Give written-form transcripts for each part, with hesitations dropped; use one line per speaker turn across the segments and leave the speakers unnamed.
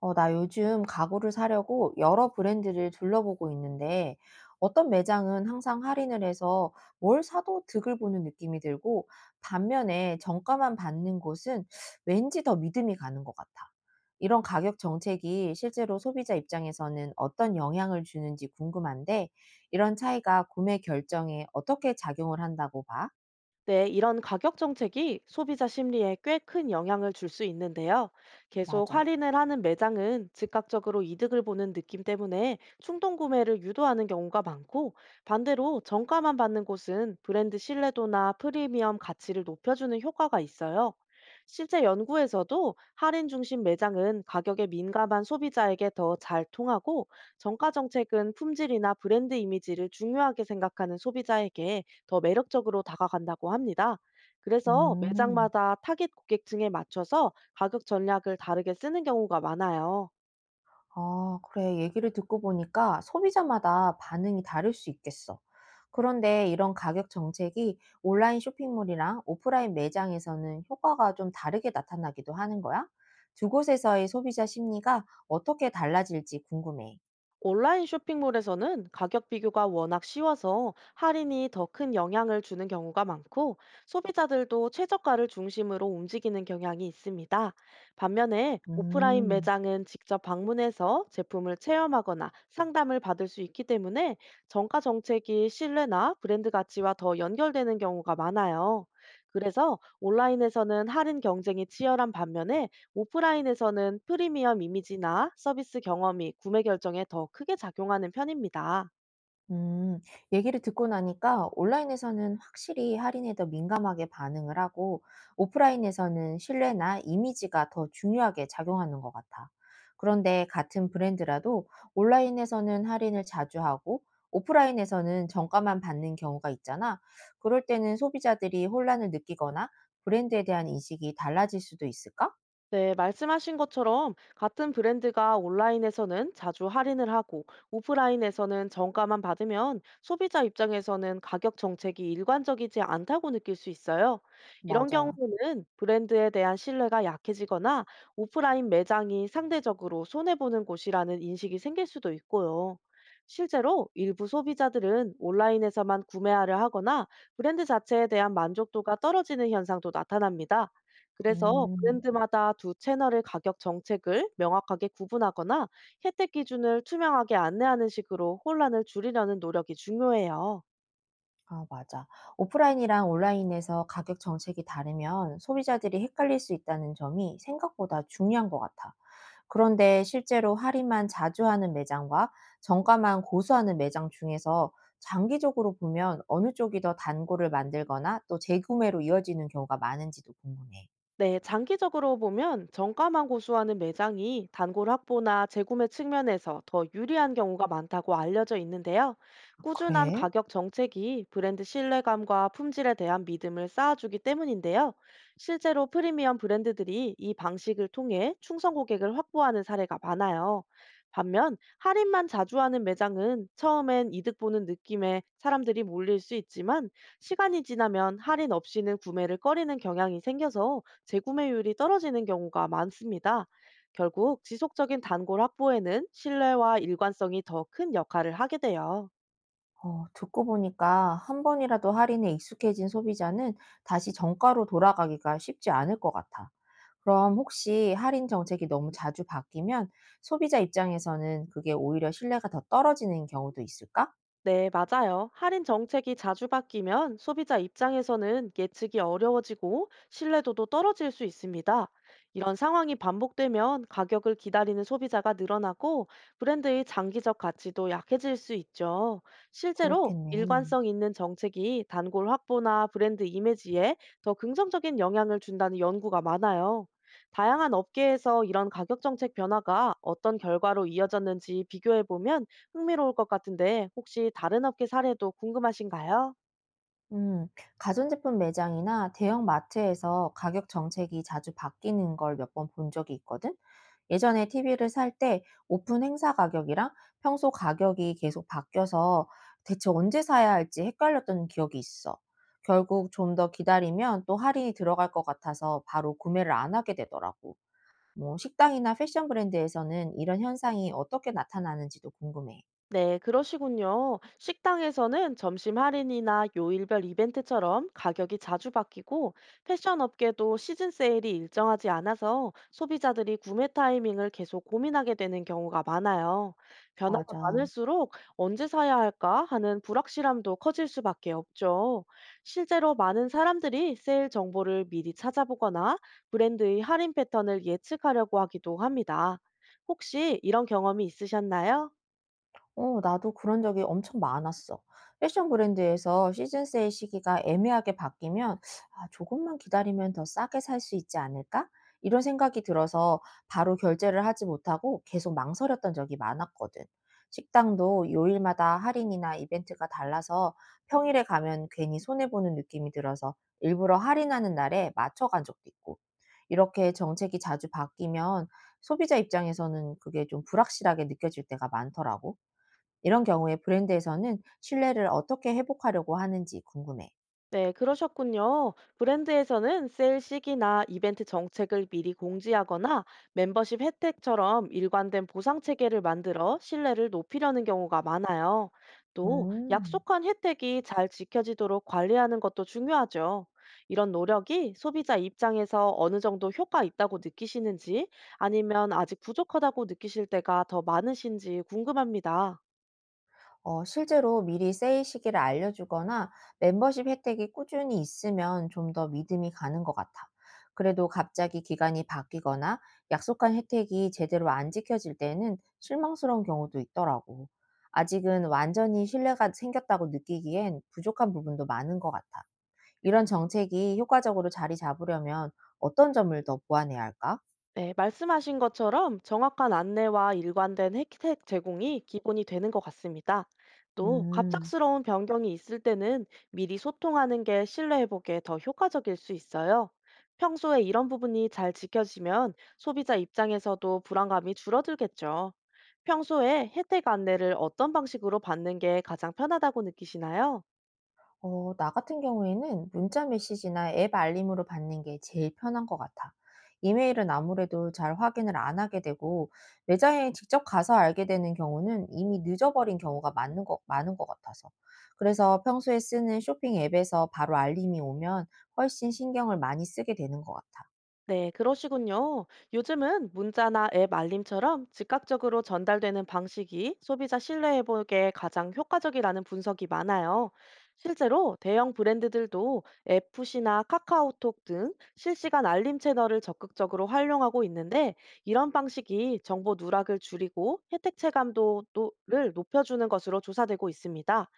어, 나 요즘 가구를 사려고 여러 브랜드를 둘러보고 있는데 어떤 매장은 항상 할인을 해서 뭘 사도 득을 보는 느낌이 들고 반면에 정가만 받는 곳은 왠지 더 믿음이 가는 것 같아. 이런 가격 정책이 실제로 소비자 입장에서는 어떤 영향을 주는지 궁금한데 이런 차이가 구매 결정에 어떻게 작용을 한다고 봐?
네, 이런 가격 정책이 소비자 심리에 꽤 큰 영향을 줄 수 있는데요. 계속
맞아.
할인을 하는 매장은 즉각적으로 이득을 보는 느낌 때문에 충동 구매를 유도하는 경우가 많고, 반대로 정가만 받는 곳은 브랜드 신뢰도나 프리미엄 가치를 높여주는 효과가 있어요. 실제 연구에서도 할인 중심 매장은 가격에 민감한 소비자에게 더 잘 통하고, 정가 정책은 품질이나 브랜드 이미지를 중요하게 생각하는 소비자에게 더 매력적으로 다가간다고 합니다. 그래서
음.
매장마다 타깃 고객층에 맞춰서 가격 전략을 다르게 쓰는 경우가 많아요.
아, 그래. 얘기를 듣고 보니까 소비자마다 반응이 다를 수 있겠어. 그런데 이런 가격 정책이 온라인 쇼핑몰이랑 오프라인 매장에서는 효과가 좀 다르게 나타나기도 하는 거야? 두 곳에서의 소비자 심리가 어떻게 달라질지 궁금해.
온라인 쇼핑몰에서는 가격 비교가 워낙 쉬워서 할인이 더 큰 영향을 주는 경우가 많고, 소비자들도 최저가를 중심으로 움직이는 경향이 있습니다. 반면에 오프라인
음.
매장은 직접 방문해서 제품을 체험하거나 상담을 받을 수 있기 때문에 정가 정책이 신뢰나 브랜드 가치와 더 연결되는 경우가 많아요. 그래서 온라인에서는 할인 경쟁이 치열한 반면에, 오프라인에서는 프리미엄 이미지나 서비스 경험이 구매 결정에 더 크게 작용하는 편입니다.
음, 얘기를 듣고 나니까 온라인에서는 확실히 할인에 더 민감하게 반응을 하고 오프라인에서는 신뢰나 이미지가 더 중요하게 작용하는 것 같아. 그런데 같은 브랜드라도 온라인에서는 할인을 자주 하고 오프라인에서는 정가만 받는 경우가 있잖아. 그럴 때는 소비자들이 혼란을 느끼거나 브랜드에 대한 인식이 달라질 수도 있을까?
네, 말씀하신 것처럼 같은 브랜드가 온라인에서는 자주 할인을 하고 오프라인에서는 정가만 받으면, 소비자 입장에서는 가격 정책이 일관적이지 않다고 느낄 수 있어요. 이런
맞아.
경우에는 브랜드에 대한 신뢰가 약해지거나, 오프라인 매장이 상대적으로 손해보는 곳이라는 인식이 생길 수도 있고요. 실제로 일부 소비자들은 온라인에서만 구매하려 하거나 브랜드 자체에 대한 만족도가 떨어지는 현상도 나타납니다. 그래서
음.
브랜드마다 두 채널의 가격 정책을 명확하게 구분하거나, 혜택 기준을 투명하게 안내하는 식으로 혼란을 줄이려는 노력이 중요해요.
아, 맞아. 오프라인이랑 온라인에서 가격 정책이 다르면 소비자들이 헷갈릴 수 있다는 점이 생각보다 중요한 것 같아. 그런데 실제로 할인만 자주 하는 매장과 정가만 고수하는 매장 중에서 장기적으로 보면 어느 쪽이 더 단골을 만들거나 또 재구매로 이어지는 경우가 많은지도 궁금해.
네, 장기적으로 보면 정가만 고수하는 매장이 단골 확보나 재구매 측면에서 더 유리한 경우가 많다고 알려져 있는데요. 꾸준한
그래?
가격 정책이 브랜드 신뢰감과 품질에 대한 믿음을 쌓아주기 때문인데요. 실제로 프리미엄 브랜드들이 이 방식을 통해 충성 고객을 확보하는 사례가 많아요. 반면 할인만 자주 하는 매장은 처음엔 이득 보는 느낌에 사람들이 몰릴 수 있지만, 시간이 지나면 할인 없이는 구매를 꺼리는 경향이 생겨서 재구매율이 떨어지는 경우가 많습니다. 결국 지속적인 단골 확보에는 신뢰와 일관성이 더 큰 역할을 하게 돼요.
어, 듣고 보니까 한 번이라도 할인에 익숙해진 소비자는 다시 정가로 돌아가기가 쉽지 않을 것 같아. 그럼 혹시 할인 정책이 너무 자주 바뀌면 소비자 입장에서는 그게 오히려 신뢰가 더 떨어지는 경우도 있을까?
네, 맞아요. 할인 정책이 자주 바뀌면 소비자 입장에서는 예측이 어려워지고 신뢰도도 떨어질 수 있습니다. 이런 상황이 반복되면 가격을 기다리는 소비자가 늘어나고, 브랜드의 장기적 가치도 약해질 수 있죠. 실제로
그렇겠네.
일관성 있는 정책이 단골 확보나 브랜드 이미지에 더 긍정적인 영향을 준다는 연구가 많아요. 다양한 업계에서 이런 가격 정책 변화가 어떤 결과로 이어졌는지 비교해 보면 흥미로울 것 같은데, 혹시 다른 업계 사례도 궁금하신가요?
음, 가전제품 매장이나 대형 마트에서 가격 정책이 자주 바뀌는 걸 몇 번 본 적이 있거든? 예전에 TV를 살 때 오픈 행사 가격이랑 평소 가격이 계속 바뀌어서 대체 언제 사야 할지 헷갈렸던 기억이 있어. 결국 좀 더 기다리면 또 할인이 들어갈 것 같아서 바로 구매를 안 하게 되더라고. 뭐 식당이나 패션 브랜드에서는 이런 현상이 어떻게 나타나는지도 궁금해.
네, 그러시군요. 식당에서는 점심 할인이나 요일별 이벤트처럼 가격이 자주 바뀌고, 패션 업계도 시즌 세일이 일정하지 않아서 소비자들이 구매 타이밍을 계속 고민하게 되는 경우가 많아요. 변화가
맞아.
많을수록 언제 사야 할까 하는 불확실함도 커질 수밖에 없죠. 실제로 많은 사람들이 세일 정보를 미리 찾아보거나 브랜드의 할인 패턴을 예측하려고 하기도 합니다. 혹시 이런 경험이 있으셨나요?
어 나도 그런 적이 엄청 많았어. 패션 브랜드에서 시즌 세일 시기가 애매하게 바뀌면 '아 조금만 기다리면 더 싸게 살 수 있지 않을까?' 이런 생각이 들어서 바로 결제를 하지 못하고 계속 망설였던 적이 많았거든. 식당도 요일마다 할인이나 이벤트가 달라서 평일에 가면 괜히 손해 보는 느낌이 들어서 일부러 할인하는 날에 맞춰 간 적도 있고. 이렇게 정책이 자주 바뀌면 소비자 입장에서는 그게 좀 불확실하게 느껴질 때가 많더라고. 이런 경우에 브랜드에서는 신뢰를 어떻게 회복하려고 하는지 궁금해.
네, 그러셨군요. 브랜드에서는 세일 시기나 이벤트 정책을 미리 공지하거나, 멤버십 혜택처럼 일관된 보상 체계를 만들어 신뢰를 높이려는 경우가 많아요. 또
음.
약속한 혜택이 잘 지켜지도록 관리하는 것도 중요하죠. 이런 노력이 소비자 입장에서 어느 정도 효과 있다고 느끼시는지, 아니면 아직 부족하다고 느끼실 때가 더 많으신지 궁금합니다.
어, 실제로 미리 세일 시기를 알려주거나 멤버십 혜택이 꾸준히 있으면 좀 더 믿음이 가는 것 같아. 그래도 갑자기 기간이 바뀌거나 약속한 혜택이 제대로 안 지켜질 때는 실망스러운 경우도 있더라고. 아직은 완전히 신뢰가 생겼다고 느끼기엔 부족한 부분도 많은 것 같아. 이런 정책이 효과적으로 자리 잡으려면 어떤 점을 더 보완해야 할까?
네, 말씀하신 것처럼 정확한 안내와 일관된 혜택 제공이 기본이 되는 것 같습니다. 또
음.
갑작스러운 변경이 있을 때는 미리 소통하는 게 신뢰 회복에 더 효과적일 수 있어요. 평소에 이런 부분이 잘 지켜지면 소비자 입장에서도 불안감이 줄어들겠죠. 평소에 혜택 안내를 어떤 방식으로 받는 게 가장 편하다고 느끼시나요?
어, 나 같은 경우에는 문자 메시지나 앱 알림으로 받는 게 제일 편한 것 같아. 이메일은 아무래도 잘 확인을 안 하게 되고, 매장에 직접 가서 알게 되는 경우는 이미 늦어버린 경우가 많은 것 같아서. 그래서 평소에 쓰는 쇼핑 앱에서 바로 알림이 오면 훨씬 신경을 많이 쓰게 되는 것 같아.
네, 그러시군요. 요즘은 문자나 앱 알림처럼 즉각적으로 전달되는 방식이 소비자 신뢰 회복에 가장 효과적이라는 분석이 많아요. 실제로 대형 브랜드들도 앱 푸시나 카카오톡 등 실시간 알림 채널을 적극적으로 활용하고 있는데, 이런 방식이 정보 누락을 줄이고 혜택 체감도를 높여주는 것으로 조사되고 있습니다.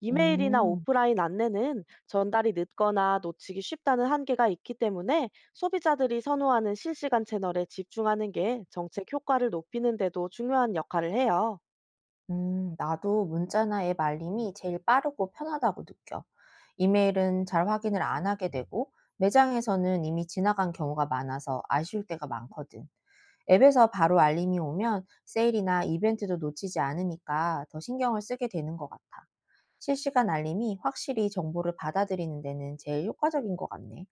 이메일이나
음.
오프라인 안내는 전달이 늦거나 놓치기 쉽다는 한계가 있기 때문에, 소비자들이 선호하는 실시간 채널에 집중하는 게 정책 효과를 높이는 데도 중요한 역할을 해요.
나도 문자나 앱 알림이 제일 빠르고 편하다고 느껴. 이메일은 잘 확인을 안 하게 되고, 매장에서는 이미 지나간 경우가 많아서 아쉬울 때가 많거든. 앱에서 바로 알림이 오면 세일이나 이벤트도 놓치지 않으니까 더 신경을 쓰게 되는 것 같아. 실시간 알림이 확실히 정보를 받아들이는 데는 제일 효과적인 것 같네.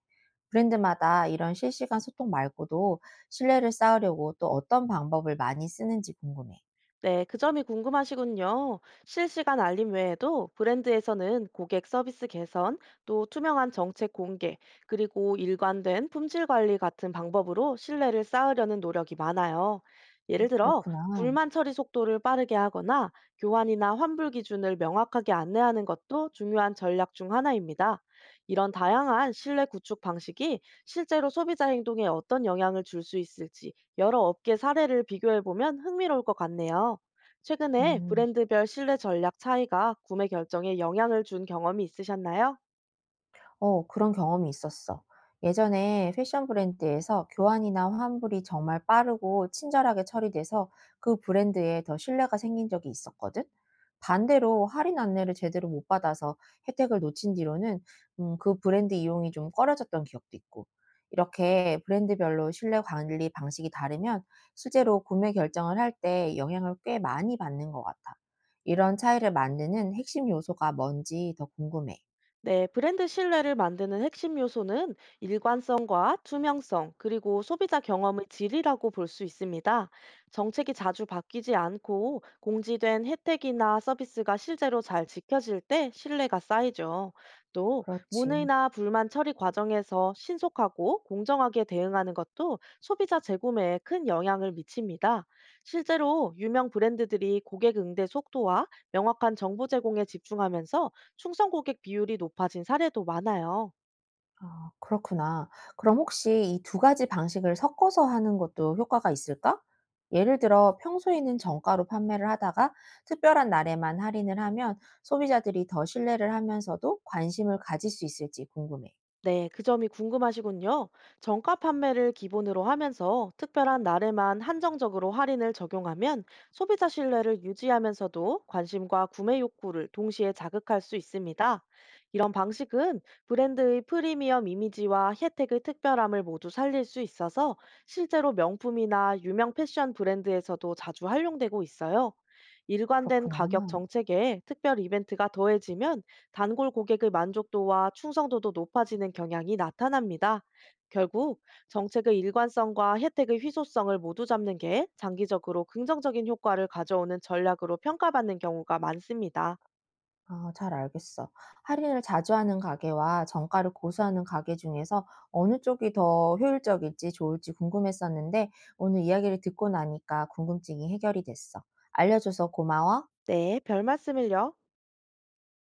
브랜드마다 이런 실시간 소통 말고도 신뢰를 쌓으려고 또 어떤 방법을 많이 쓰는지 궁금해.
네, 그 점이 궁금하시군요. 실시간 알림 외에도 브랜드에서는 고객 서비스 개선, 또 투명한 정책 공개, 그리고 일관된 품질 관리 같은 방법으로 신뢰를 쌓으려는 노력이 많아요. 예를 들어,
그렇구나.
불만 처리 속도를 빠르게 하거나 교환이나 환불 기준을 명확하게 안내하는 것도 중요한 전략 중 하나입니다. 이런 다양한 신뢰 구축 방식이 실제로 소비자 행동에 어떤 영향을 줄 수 있을지, 여러 업계 사례를 비교해 보면 흥미로울 것 같네요. 최근에
음.
브랜드별 신뢰 전략 차이가 구매 결정에 영향을 준 경험이 있으셨나요?
어, 그런 경험이 있었어. 예전에 패션 브랜드에서 교환이나 환불이 정말 빠르고 친절하게 처리돼서 그 브랜드에 더 신뢰가 생긴 적이 있었거든. 반대로 할인 안내를 제대로 못 받아서 혜택을 놓친 뒤로는 그 브랜드 이용이 좀 꺼려졌던 기억도 있고. 이렇게 브랜드별로 신뢰 관리 방식이 다르면 실제로 구매 결정을 할 때 영향을 꽤 많이 받는 것 같아. 이런 차이를 만드는 핵심 요소가 뭔지 더 궁금해.
네, 브랜드 신뢰를 만드는 핵심 요소는 일관성과 투명성, 그리고 소비자 경험의 질이라고 볼 수 있습니다. 정책이 자주 바뀌지 않고 공지된 혜택이나 서비스가 실제로 잘 지켜질 때 신뢰가 쌓이죠. 또,
그렇지.
문의나 불만 처리 과정에서 신속하고 공정하게 대응하는 것도 소비자 재구매에 큰 영향을 미칩니다. 실제로 유명 브랜드들이 고객 응대 속도와 명확한 정보 제공에 집중하면서 충성 고객 비율이 높아진 사례도 많아요.
아 그렇구나. 그럼 혹시 이 두 가지 방식을 섞어서 하는 것도 효과가 있을까? 예를 들어 평소에는 정가로 판매를 하다가 특별한 날에만 할인을 하면 소비자들이 더 신뢰를 하면서도 관심을 가질 수 있을지 궁금해.
네, 그 점이 궁금하시군요. 정가 판매를 기본으로 하면서 특별한 날에만 한정적으로 할인을 적용하면, 소비자 신뢰를 유지하면서도 관심과 구매 욕구를 동시에 자극할 수 있습니다. 이런 방식은 브랜드의 프리미엄 이미지와 혜택의 특별함을 모두 살릴 수 있어서, 실제로 명품이나 유명 패션 브랜드에서도 자주 활용되고 있어요. 일관된
그렇구나.
가격 정책에 특별 이벤트가 더해지면 단골 고객의 만족도와 충성도도 높아지는 경향이 나타납니다. 결국 정책의 일관성과 혜택의 희소성을 모두 잡는 게 장기적으로 긍정적인 효과를 가져오는 전략으로 평가받는 경우가 많습니다.
아 잘 알겠어. 할인을 자주 하는 가게와 정가를 고수하는 가게 중에서 어느 쪽이 더 효율적일지 좋을지 궁금했었는데 오늘 이야기를 듣고 나니까 궁금증이 해결이 됐어. 알려줘서 고마워.
네, 별 말씀을요.